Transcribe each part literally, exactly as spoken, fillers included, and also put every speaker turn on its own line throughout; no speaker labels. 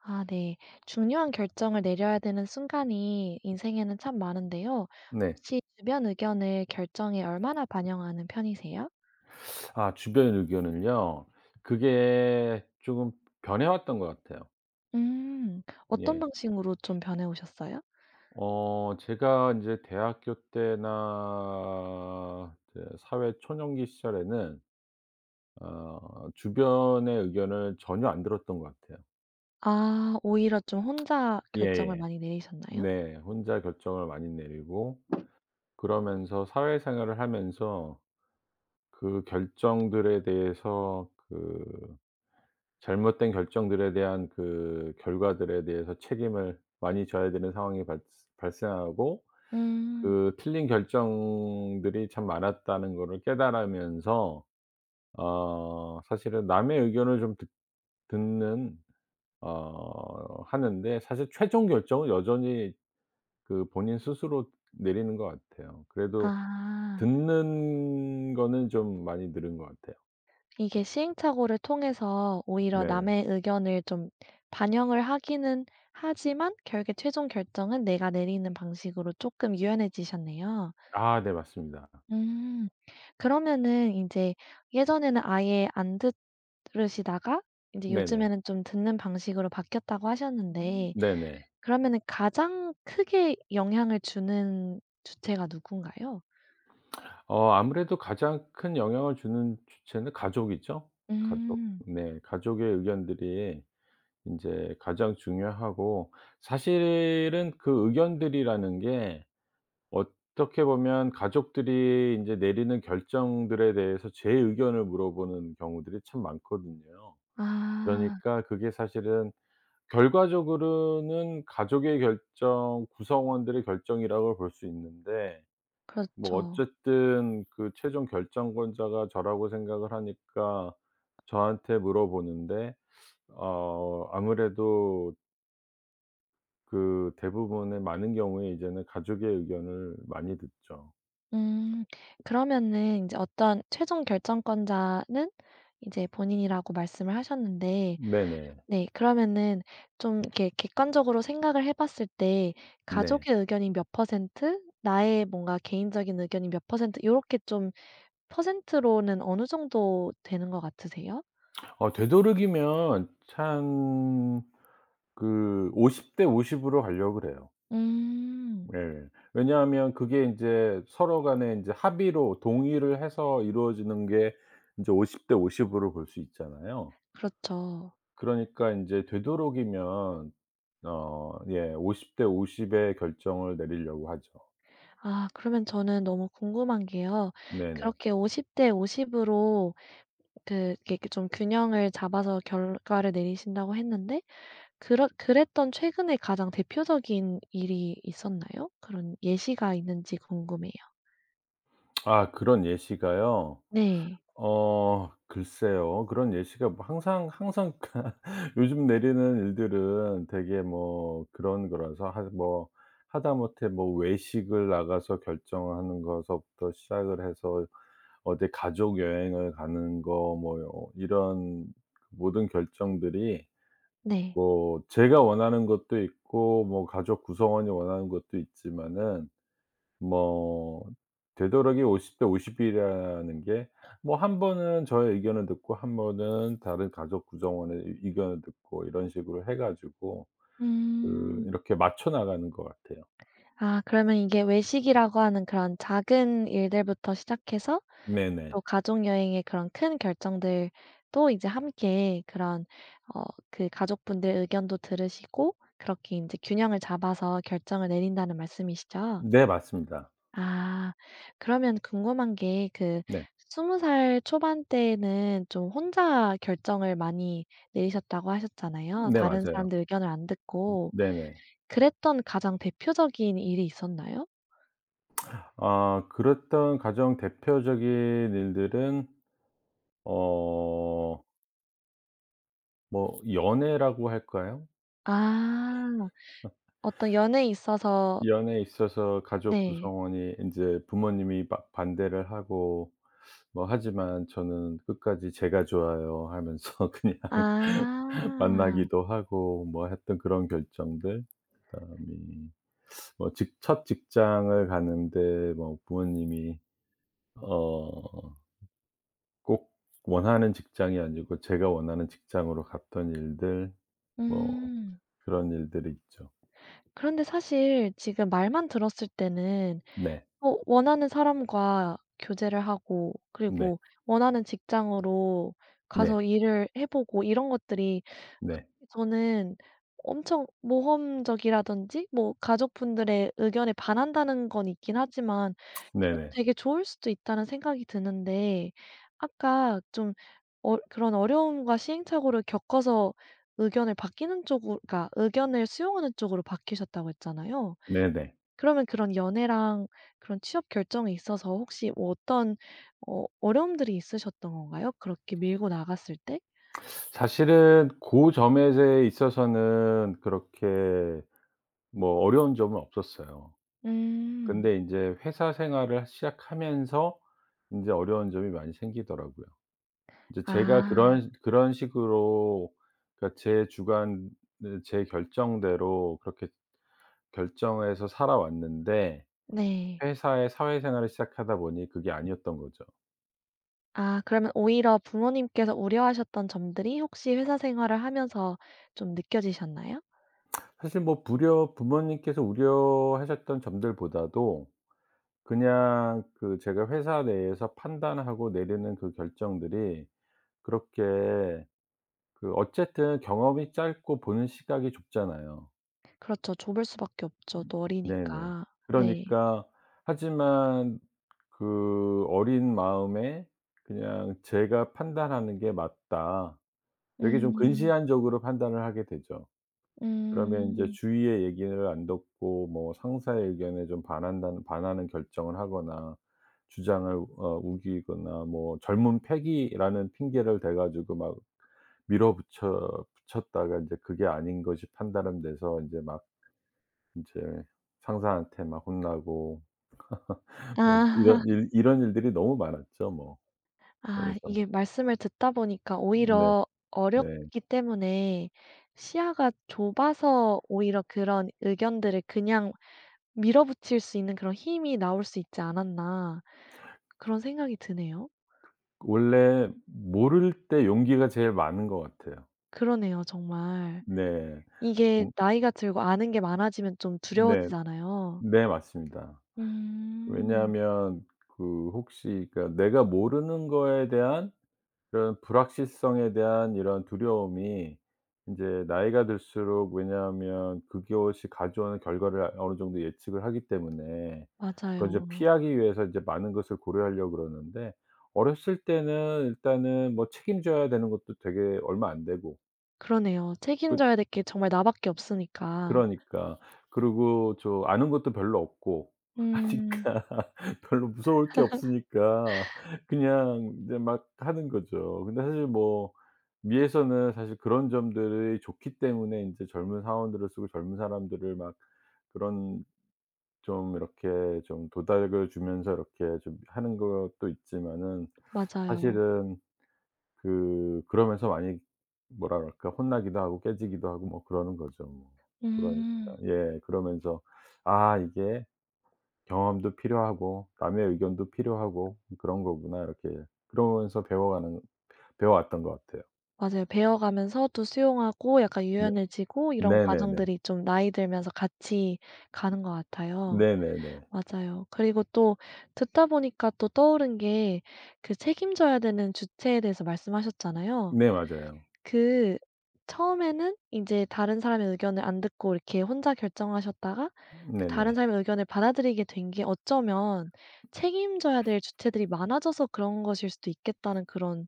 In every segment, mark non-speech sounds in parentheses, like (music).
아, 네. 중요한 결정을 내려야 되는 순간이 인생에는 참 많은데요.
네.
혹시 주변 의견을 결정에 얼마나 반영하는 편이세요?
아 주변의 의견을요. 그게 조금 변해왔던 것 같아요.
음. 어떤
예.
방식으로 좀 변해 오셨어요?
어 제가 이제 대학교 때나 이제 사회 초년기 시절에는 어 주변의 의견을 전혀 안 들었던 것 같아요.
아, 오히려 좀 혼자 결정을
예예.
많이 내리셨나요?
네. 혼자 결정을 많이 내리고 그러면서 사회생활을 하면서 그 결정들에 대해서 그 잘못된 결정들에 대한 그 결과들에 대해서 책임을 많이 져야 되는 상황이 발 발생하고
음.
그 틀린 결정들이 참 많았다는 거를 깨달으면서 어 사실은 남의 의견을 좀 듣 듣는 어 하는데 사실 최종 결정은 여전히 그 본인 스스로 내리는 것 같아요. 그래도
아.
듣는 거는 좀 많이 늘은 것 같아요.
이게 시행착오를 통해서 오히려
네네.
남의 의견을 좀 반영을 하기는 하지만 결국에 최종 결정은 내가 내리는 방식으로 조금 유연해지셨네요.
아 네 맞습니다.
음. 그러면은 이제 예전에는 아예 안 들으시다가 이제
네네.
요즘에는 좀 듣는 방식으로 바뀌었다고 하셨는데
네네.
그러면은 가장 크게 영향을 주는 주체가 누군가요?
어 아무래도 가장 큰 영향을 주는 주체는 가족이죠. 가족.
음.
네. 가족의 의견들이 인제 가장 중요하고 사실은 그 의견들이라는 게 어떻게 보면 가족들이 인제 내리는 결정들에 대해서 제 의견을 물어보는 경우들이 참 많거든요.
아.
그러니까 그게 사실은 결과적으로는 가족의 결정 구성원들의 결정이라고 볼 수 있는데 뭐
그렇죠.
어쨌든 그 최종 결정권자가 저라고 생각을 하니까 저한테 물어보는데 어 아무래도 그 대부분의 많은 경우에 이제는 가족의 의견을 많이 듣죠.
음. 그러면은 이제 어떤 최종 결정권자는 이제 본인이라고 말씀을 하셨는데
네네.
네, 그러면은 좀 이렇게 객관적으로 생각을 해 봤을 때
네.
가족의 의견이 몇 퍼센트, 나의 뭔가 개인적인 의견이 몇 퍼센트, 이렇게 좀 퍼센트로는 어느 정도 되는 것 같으세요?
어 되도록이면 참 그 오십 대 오십 으로 가려고 그래요.
음.
예. 왜냐하면 그게 인제 서로 간에 인제 합의로 동의를 해서 이루어지는 게 인제 오십 대 오십 으로 볼 수 있잖아요.
그렇죠.
그러니까 인제 되도록이면 어 예 오십 대 오십의 결정을 내리려고 하죠.
아, 그러면 저는 너무 궁금한 게요.
네네.
그렇게 오십 대 오십 으로 그 이게 이렇게 그 좀 균형을 잡아서 결과를 내리신다고 했는데 그렇 그랬던 최근에 가장 대표적인 일이 있었나요? 그런 예시가 있는지 궁금해요.
아 그런 예시가요?
네.
어 글쎄요. 그런 예시가 뭐 항상 항상 (laughs) 그러니까 요즘 내리는 일들은 되게 뭐 그런 거라서 하 뭐 하다못해 뭐 외식을 나가서 결정하는 거서부터 시작을 해서 어디 가족 여행을 가는 거 뭐 이런 모든 결정들이
네.
뭐 제가 원하는 것도 있고 뭐 가족 구성원이 원하는 것도 있지만은 뭐 되도록이 오십 대 오십 이라는 게 뭐 한 번은 저의 의견을 듣고 한 번은 다른 가족 구성원의 의 의견을 듣고 이런 식으로 해 가지고 그
음.
이렇게 맞춰 나가는 것 같아요.
아, 그러면 이게 외식이라고 하는 그런 작은 일들부터 시작해서 또
네네.
가족 여행의 그런 큰 결정들도 이제 함께 그런, 어 그 가족분들 의견도 들으시고 그렇게 인제 균형을 잡아서 결정을 내린다는 말씀이시죠?
네 맞습니다.
아. 그러면 궁금한 게 그
네.
스무 살 초반대에는 좀 혼자 결정을 많이 내리셨다고 하셨잖아요.
네
다른
맞아요.
사람들 의견을 안 듣고
네네.
그랬던 가장 대표적인 일이 있었나요?
아 그랬던 가장 대표적인 일들은 어 뭐 연애라고 할까요?
아. 어떤 연애에 있어서.
연애에 있어서 가족
네.
구성원이 인제 부모님이 막 반대를 하고 뭐 하지만 저는 끝까지 "제가 좋아요." 하면서 (laughs) 그냥
아.
만나기도 하고 뭐 했던 그런 결정들 그다음에 뭐 직 첫 직장을 가는데 뭐 부모님이 어 꼭 원하는 직장이 아니고 제가 원하는 직장으로 갔던 일들 뭐
음.
그런 일들이 있죠.
그런데 사실 지금 말만 들었을 때는
네.
어 원하는 사람과 교제를 하고
네.
그리고 원하는 직장으로 가서
네.
일을 해 보고 이런 것들이
네.
그렇게 저는 엄청 모험적이라든지 뭐 가족분들의 의견에 반한다는 건 있긴 하지만
네
그래도
네.
되게 좋을 수도 있다는 생각이 드는데 아까 좀 어 그런 어려움과 시행착오를 겪어서 의견을 바뀌는 쪽으로, 그러니까 의견을 수용하는 쪽으로 바뀌셨다고 했잖아요.
네네.
그러면 그런 연애랑 그런 취업 결정에 있어서 혹시 뭐 어떤 어 어려움들이 있으셨던 건가요? 그렇게 밀고 나갔을 때?
사실은 고 점에 있어서는 그렇게 뭐 어려운 점은 없었어요.
음.
근데 인제 회사 생활을 시작하면서 인제 어려운 점이 많이 생기더라고요. 이제 제가
아
그런 그런 식으로 그러니까 제 주관 네 제 결정대로 그렇게 결정해서 살아왔는데
네.
회사에 사회생활을 시작하다 보니 그게 아니었던 거죠.
아, 그러면 오히려 부모님께서 우려하셨던 점들이 혹시 회사 생활을 하면서 좀 느껴지셨나요?
사실 뭐 부려 부모님께서 우려하셨던 점들보다도 그냥 그 제가 회사 내에서 판단하고 내리는 그 결정들이 그렇게 그 어쨌든 경험이 짧고 보는 시각이 좁잖아요.
그렇죠. 좁을 수밖에 없죠. 또
네네.
어리니까. 네.
그러니까 하지만 그 어린 마음에 그냥 제가 판단하는 게 맞다. 되게 좀
음.
근시안적으로 판단을 하게 되죠. 그러면 이제
음.
주위의 얘기를 안 듣고 뭐 상사의 의견에 좀 반한다는 반하는 결정을 하거나 주장을 어 우기거나 뭐 젊은 패기라는 핑계를 대 가지고 막 밀어붙여 붙였다가 인제 그게 아닌 것이 판단은 돼서 인제 막 인제 상사한테 막 혼나고 뭐
아.
이런
(laughs)
일 이런 일들이 너무 많았죠 뭐.
아,
그러면서
이게 말씀을 듣다 보니까
네
오히려
네.
어렵기 때문에 시야가 좁아서 오히려 그런 의견들을 그냥 밀어붙일 수 있는 그런 힘이 나올 수 있지 않았나, 그런 생각이 드네요.
원래 모를 때 용기가 제일 많은 것 같아요.
그러네요, 정말.
네.
이게
음
나이가 들고 아는 게 많아지면 좀
네.
두려워지잖아요.
네 맞습니다.
음.
왜냐하면 그 혹시 그러니까 내가 모르는 거에 대한 그런 불확실성에 대한 이런 두려움이 인제 나이가 들수록 왜냐하면 그것이 가져오는 결과를 어느 정도 예측을 하기 때문에 그걸 이제
맞아요.
피하기 위해서 이제 많은 것을 고려하려고 그러는데 어렸을 때는 일단은 뭐 책임져야 되는 것도 되게 얼마 안 되고
그러네요.
그
책임져야 될 게 정말 나밖에 없으니까.
그러니까. 그리고 저 아는 것도 별로 없고
음.
하니까 (laughs) 별로 무서울 게 없으니까 그냥 이제 막 하는 거죠. 근데 사실 뭐 미에서는 사실 그런 점들이 좋기 때문에 이제 젊은 사원들을 쓰고 젊은 사람들을 막 그런 좀 이렇게 좀 도닥을 주면서 이렇게 좀 하는 것도 있지만은
맞아요.
사실은 그 그러면서 많이 뭐라 그럴까 혼나기도 하고 깨지기도 하고 뭐 그러는 거죠 뭐. 그러니까
음.
예 그러면서 '아 이게 경험도 필요하고 남의 의견도 필요하고 그런 거구나.' 이렇게 그러면서 배워가는 배워 왔던 것 같아요.
맞아요. 배워가면서도 수용하고 약간
네.
유연해지고 이런
네네네.
과정들이 좀 나이 들면서 같이 가는 것 같아요.
네네네.
맞아요. 그리고 또 듣다 보니까 또 떠오른 게 그 책임져야 되는 주체에 대해서 말씀하셨잖아요.
네 맞아요.
그 처음에는 이제 다른 사람의 의견을 안 듣고 이렇게 혼자 결정하셨다가 다른
네네.
사람의 의견을 받아들이게 된 게 어쩌면 '책임져야 될 주체들이 많아져서 그런 것일 수도 있겠다.'는 그런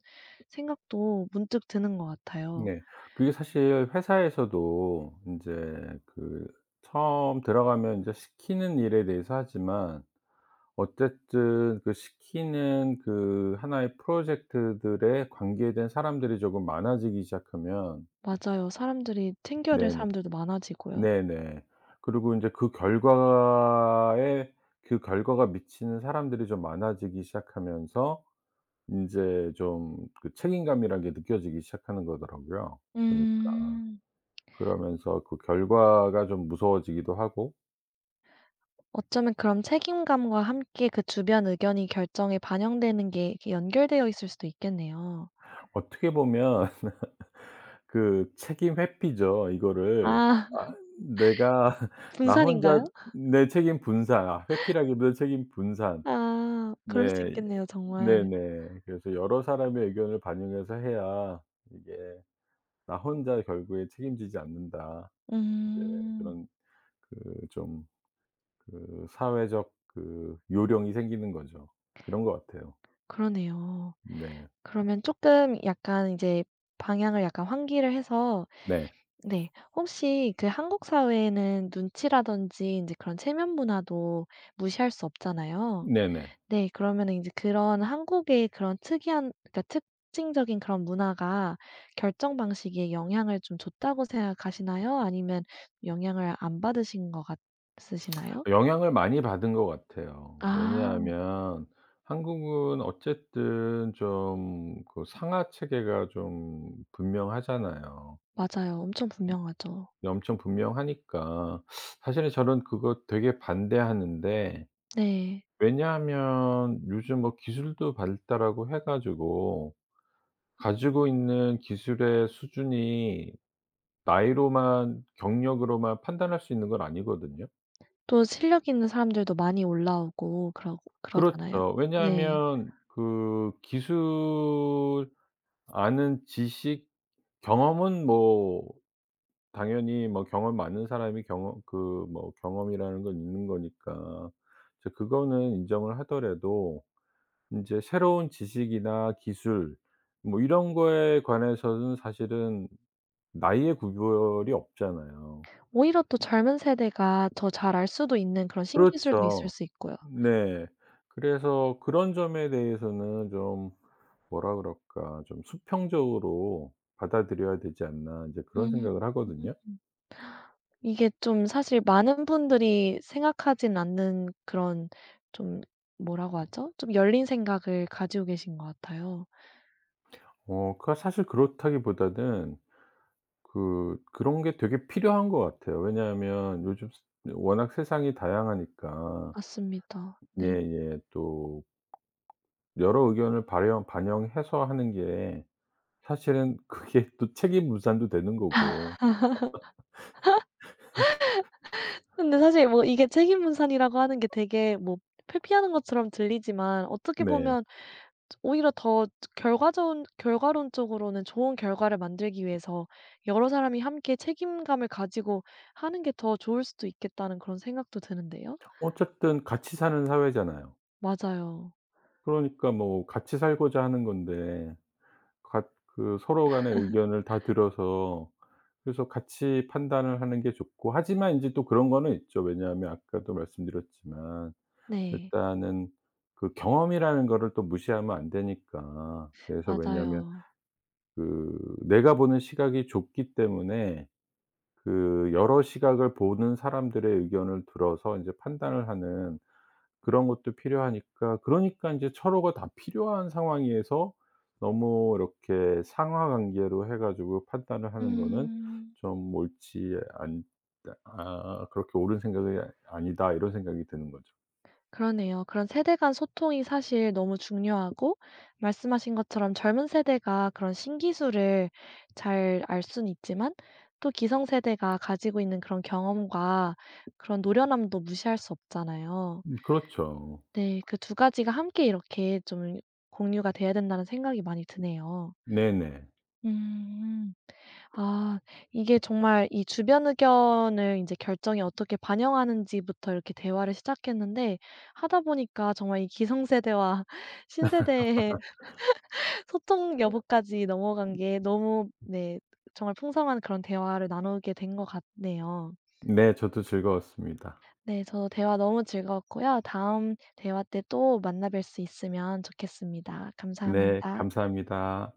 생각도 문득 드는 것 같아요.
네. 그게 사실 회사에서도 인제 그 처음 들어가면 인제 시키는 일에 대해서 하지만 어쨌든 그 시키는 그 하나의 프로젝트들에 관계된 사람들이 조금 많아지기 시작하면
맞아요. 사람들이 챙겨야 될
네네.
사람들도 많아지고요.
네네. 그리고 인제 그 결과에 그 결과가 미치는 사람들이 좀 많아지기 시작하면서 인제 좀 그 책임감이란 게 느껴지기 시작하는 거더라고요 보니까.
음.
그러면서 그 결과가 좀 무서워지기도 하고
어쩌면 그럼 책임감과 함께 그 주변 의견이 결정에 반영되는 게 이렇게 연결되어 있을 수도 있겠네요.
어떻게 보면 그 책임 회피죠 이거를.
아
아
(laughs)
내가 (laughs) 나 혼자
분산인가요?
내 책임 분산 아 회피라기보다 책임 분산.
아, 그럴 수
네.
있겠네요, 정말.
네네. 그래서 여러 사람의 의견을 반영해서 해야 이게 '나 혼자 결국에 책임지지 않는다.' 이제
음.
그런 그 좀 그 사회적 그 요령이 생기는 거죠. 그런 것 같아요.
그러네요.
네.
그러면 조금 약간 이제 방향을 약간 환기를 해서
네.
네, 혹시 그 한국 사회에는 눈치라든지 이제 그런 체면 문화도 무시할 수 없잖아요.
네네.
네. 그러면은 인제 그런 한국의 그런 특이한, 그러니까 특징적인 그런 문화가 결정 방식에 영향을 좀 줬다고 생각하시나요? 아니면 영향을 안 받으신 것 같으시나요?
영향을 많이 받은 것 같아요.
아,
왜냐하면 한국은 어쨌든 좀 그 상하 체계가 좀 분명하잖아요.
맞아요. 엄청 분명하죠.
엄청 분명하니까 사실은 저는 그거 되게 반대하는데
네.
왜냐하면 요즘 뭐 기술도 발달하고 해 가지고 가지고 있는 기술의 수준이 나이로만 경력으로만 판단할 수 있는 건 아니거든요.
또 실력 있는 사람들도 많이 올라오고 그러 그러잖아요.
그렇죠.
네.
왜냐하면 그 기술 아는 지식 경험은 뭐 당연히 뭐 경험 많은 사람이 경험 그 뭐 경험이라는 건 있는 거니까 이제 그거는 인정을 하더라도 인제 새로운 지식이나 기술 뭐 이런 거에 관해서는 사실은 나이의 구별이 없잖아요.
오히려 또 젊은 세대가 더 잘 알 수도 있는 그런 신기술도 있을
그렇죠.
수 있고요.
네. 그래서 그런 점에 대해서는 좀 뭐라 그럴까 좀 수평적으로 받아들여야 되지 않나 이제 그런 생각을
음.
하거든요.
이게 좀 사실 많은 분들이 생각하진 않는 그런, 좀, 뭐라고 하죠? 좀 열린 생각을 가지고 계신 것 같아요.
어 그 사실 그렇다기보다는 그 그런 게 되게 필요한 것 같아요. 왜냐하면 요즘 스 워낙 세상이 다양하니까
맞습니다. 네.
예예. 또 여러 의견을 발현 반영해서 하는 게 사실은 (laughs) 그게 또 책임 분산도 되는 거고
근데 사실 뭐 이게 책임 분산이라고 하는 게 되게 뭐 회피하는 것처럼 들리지만 어떻게
네
보면 오히려 더 결과적, 결과론적으로는 좋은 결과를 만들기 위해서 여러 사람이 함께 책임감을 가지고 하는 게 더 좋을 수도 있겠다는 그런 생각도 드는데요.
어쨌든 같이 사는 사회잖아요.
맞아요.
그러니까 뭐 같이 살고자 하는 건데 각 그 서로 간의 의견을 다 들어서 그래서 같이 판단을 하는 게 좋고 하지만 인제 또 그런 거는 있죠. 왜냐하면 아까도 말씀드렸지만
네.
일단은 그 경험이라는 거를 또 무시하면 안 되니까. 그래서 왜냐하면
맞아요.
그 내가 보는 시각이 좁기 때문에 그 여러 시각을 보는 사람들의 의견을 들어서 인제 판단을 하는 그런 것도 필요하니까 그러니까 인제 철호가 다 필요한 상황에서 너무 이렇게 상하 관계로 해 가지고 판단을 하는 거는
음.
좀 옳지 않다 아 '그렇게 옳은 생각이 아니다.' 이런 생각이 드는 거죠.
그러네요. 그런 세대 간 소통이 사실 너무 중요하고 말씀하신 것처럼 젊은 세대가 그런 신기술을 잘 알 수는 있지만 또 기성세대가 가지고 있는 그런 경험과 그런 노련함도 무시할 수 없잖아요.
음 그렇죠.
네. 그 두 가지가 함께 이렇게 좀 공유가 돼야 된다는 생각이 많이 드네요.
네네.
음. 아, 이게 정말 이 주변 의견을 인제 결정에 어떻게 반영하는지부터 이렇게 대화를 시작했는데 하다 보니까 정말 이 기성세대와 (laughs) 신세대의 소통 여부까지 넘어간 게 너무, 네, 정말 풍성한 그런 대화를 나누게 된 것 같네요.
네 저도 즐거웠습니다.
네, 저도 대화 너무 즐거웠고요. 다음 대화 때 또 만나 뵐 수 있으면 좋겠습니다.
네
감사합니다.
감사합니다.